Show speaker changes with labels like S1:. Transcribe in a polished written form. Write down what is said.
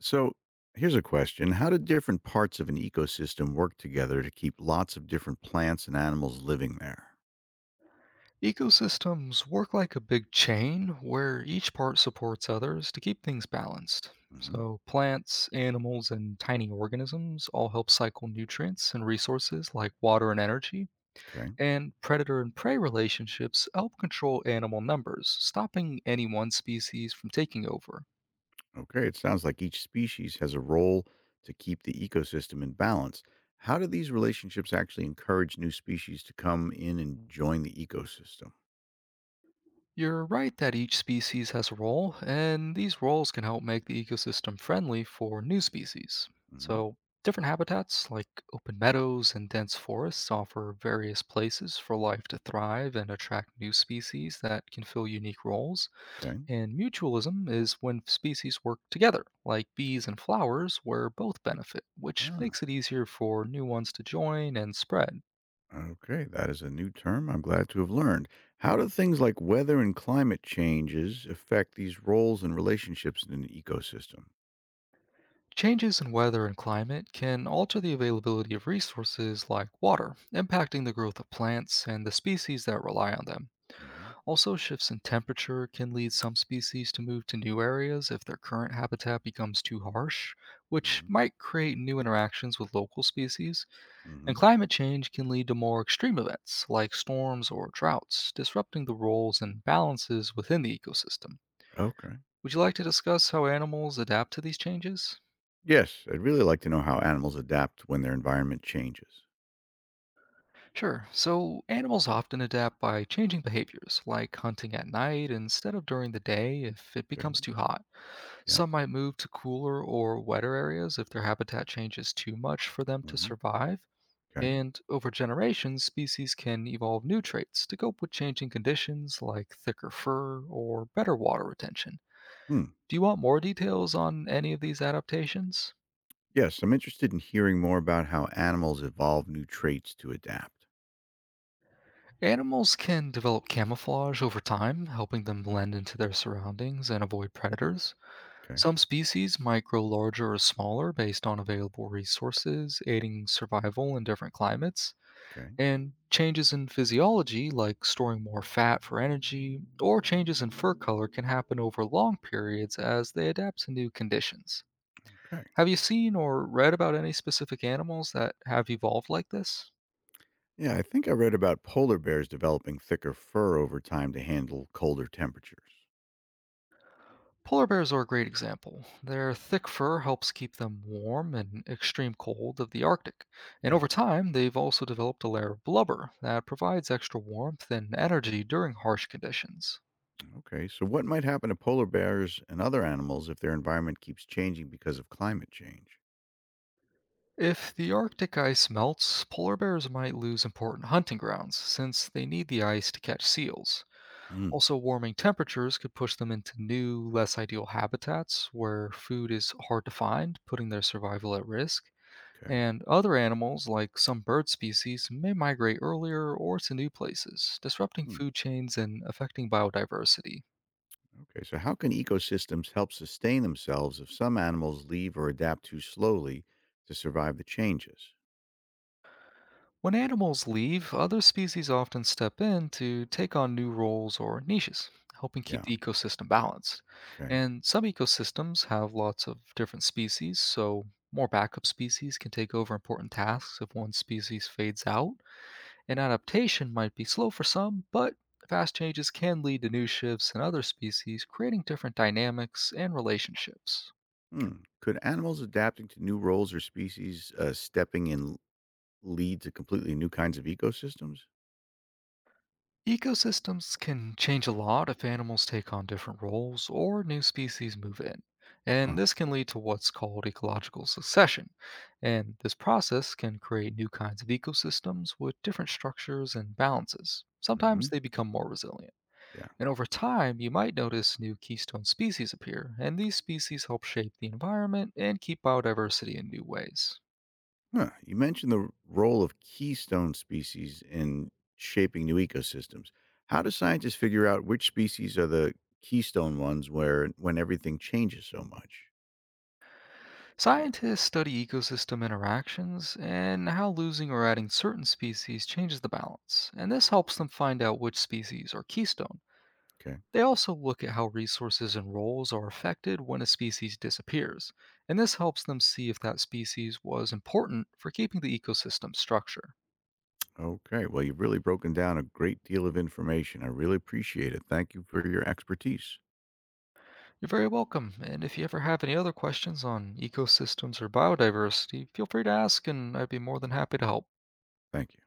S1: So here's a question. How do different parts of an ecosystem work together to keep lots of different plants and animals living there?
S2: Ecosystems work like a big chain where each part supports others to keep things balanced.
S1: Hmm.
S2: So, plants, animals, and tiny organisms all help cycle nutrients and resources like water and energy.
S1: Okay.
S2: And predator and prey relationships help control animal numbers, stopping any one species from taking over.
S1: Okay. It sounds like each species has a role to keep the ecosystem in balance. How do these relationships actually encourage new species to come in and join the ecosystem?
S2: You're right that each species has a role, and these roles can help make the ecosystem friendly for new species.
S1: Hmm.
S2: So, different habitats like open meadows and dense forests offer various places for life to thrive and attract new species that can fill unique roles.
S1: Okay.
S2: And mutualism is when species work together, like bees and flowers, where both benefit, which makes
S1: Ah,
S2: it easier for new ones to join and spread.
S1: okay. That is a new term I'm glad to have learned. How do things like weather and climate changes affect these roles and relationships in an ecosystem?
S2: Changes in weather and climate can alter the availability of resources like water, impacting the growth of plants and the species that rely on them.
S1: Mm-hmm.
S2: Also, shifts in temperature can lead some species to move to new areas if their current habitat becomes too harsh, which
S1: Mhm,
S2: might create new interactions with local species. And
S1: mhm.
S2: climate change can lead to more extreme events like storms or droughts, disrupting the roles and balances within the ecosystem.
S1: Okay.
S2: Would you like to discuss how animals adapt to these changes?
S1: Yes, I'd really like to know how animals adapt when their environment changes.
S2: Sure. So animals often adapt by changing behaviors, like hunting at night instead of during the day if it
S1: Okay.
S2: becomes too hot.
S1: Yeah.
S2: Some might move to cooler or wetter areas if their habitat changes too much for them to
S1: Mhm.
S2: survive.
S1: Okay.
S2: And over generations, species can evolve new traits to cope with changing conditions like thicker fur or better water retention.
S1: Hmm.
S2: Do you want more details on any of these adaptations?
S1: Yes, I'm interested in hearing more about how animals evolve new traits to adapt.
S2: Animals can develop camouflage over time, helping them blend into their surroundings and avoid predators.
S1: Okay.
S2: Some species might grow larger or smaller based on available resources, aiding survival in different climates,
S1: Okay.
S2: and changes in physiology, like storing more fat for energy, or changes in fur color, can happen over long periods as they adapt to new conditions.
S1: Okay.
S2: Have you seen or read about any specific animals that have evolved like this?
S1: Yeah, I think I read about polar bears developing thicker fur over time to handle colder temperatures.
S2: Polar bears are a great example. Their thick fur helps keep them warm in extreme cold of the Arctic, and
S1: Yeah.
S2: over time, they've also developed a layer of blubber that provides extra warmth and energy during harsh conditions.
S1: Okay. So what might happen to polar bears and other animals if their environment keeps changing because of climate change?
S2: If the Arctic ice melts, polar bears might lose important hunting grounds since they need the ice to catch seals.
S1: Mm.
S2: Also, warming temperatures could push them into new, less ideal habitats where food is hard to find, putting their survival at risk.
S1: Okay.
S2: And other animals, like some bird species, may migrate earlier or to new places, disrupting
S1: Hmm.
S2: food chains and affecting biodiversity.
S1: Okay, so how can ecosystems help sustain themselves if some animals leave or adapt too slowly to survive the changes?
S2: When animals leave, other species often step in to take on new roles or niches, helping
S1: Yeah,
S2: keep the ecosystem balanced.
S1: okay.
S2: And some ecosystems have lots of different species, so more backup species can take over important tasks if one species fades out. An adaptation might be slow for some, but fast changes can lead to new shifts in other species, creating different dynamics and relationships.
S1: Hmm. Could animals adapting to new roles or species stepping in lead to completely new kinds of ecosystems?
S2: Ecosystems can change a lot if animals take on different roles or new species move in, and
S1: Uh,
S2: this can lead to what's called ecological succession. And this process can create new kinds of ecosystems with different structures and balances.
S1: hmm.
S2: Sometimes they become more resilient.
S1: Yeah.
S2: And over time, you might notice new keystone species appear, and these species help shape the environment and keep biodiversity in new ways.
S1: Huh. You mentioned the role of keystone species in shaping new ecosystems. How do scientists figure out which species are the keystone ones where when everything changes so much?
S2: Scientists study ecosystem interactions and how losing or adding certain species changes the balance, and this helps them find out which species are keystone.
S1: Okay.
S2: They also look at how resources and roles are affected when a species disappears, and this helps them see if that species was important for keeping the ecosystem structure.
S1: Okay. Well, you've really broken down a great deal of information. I really appreciate it. Thank you for your expertise.
S2: You're very welcome. And if you ever have any other questions on ecosystems or biodiversity, feel free to ask, and I'd be more than happy to help.
S1: Thank you.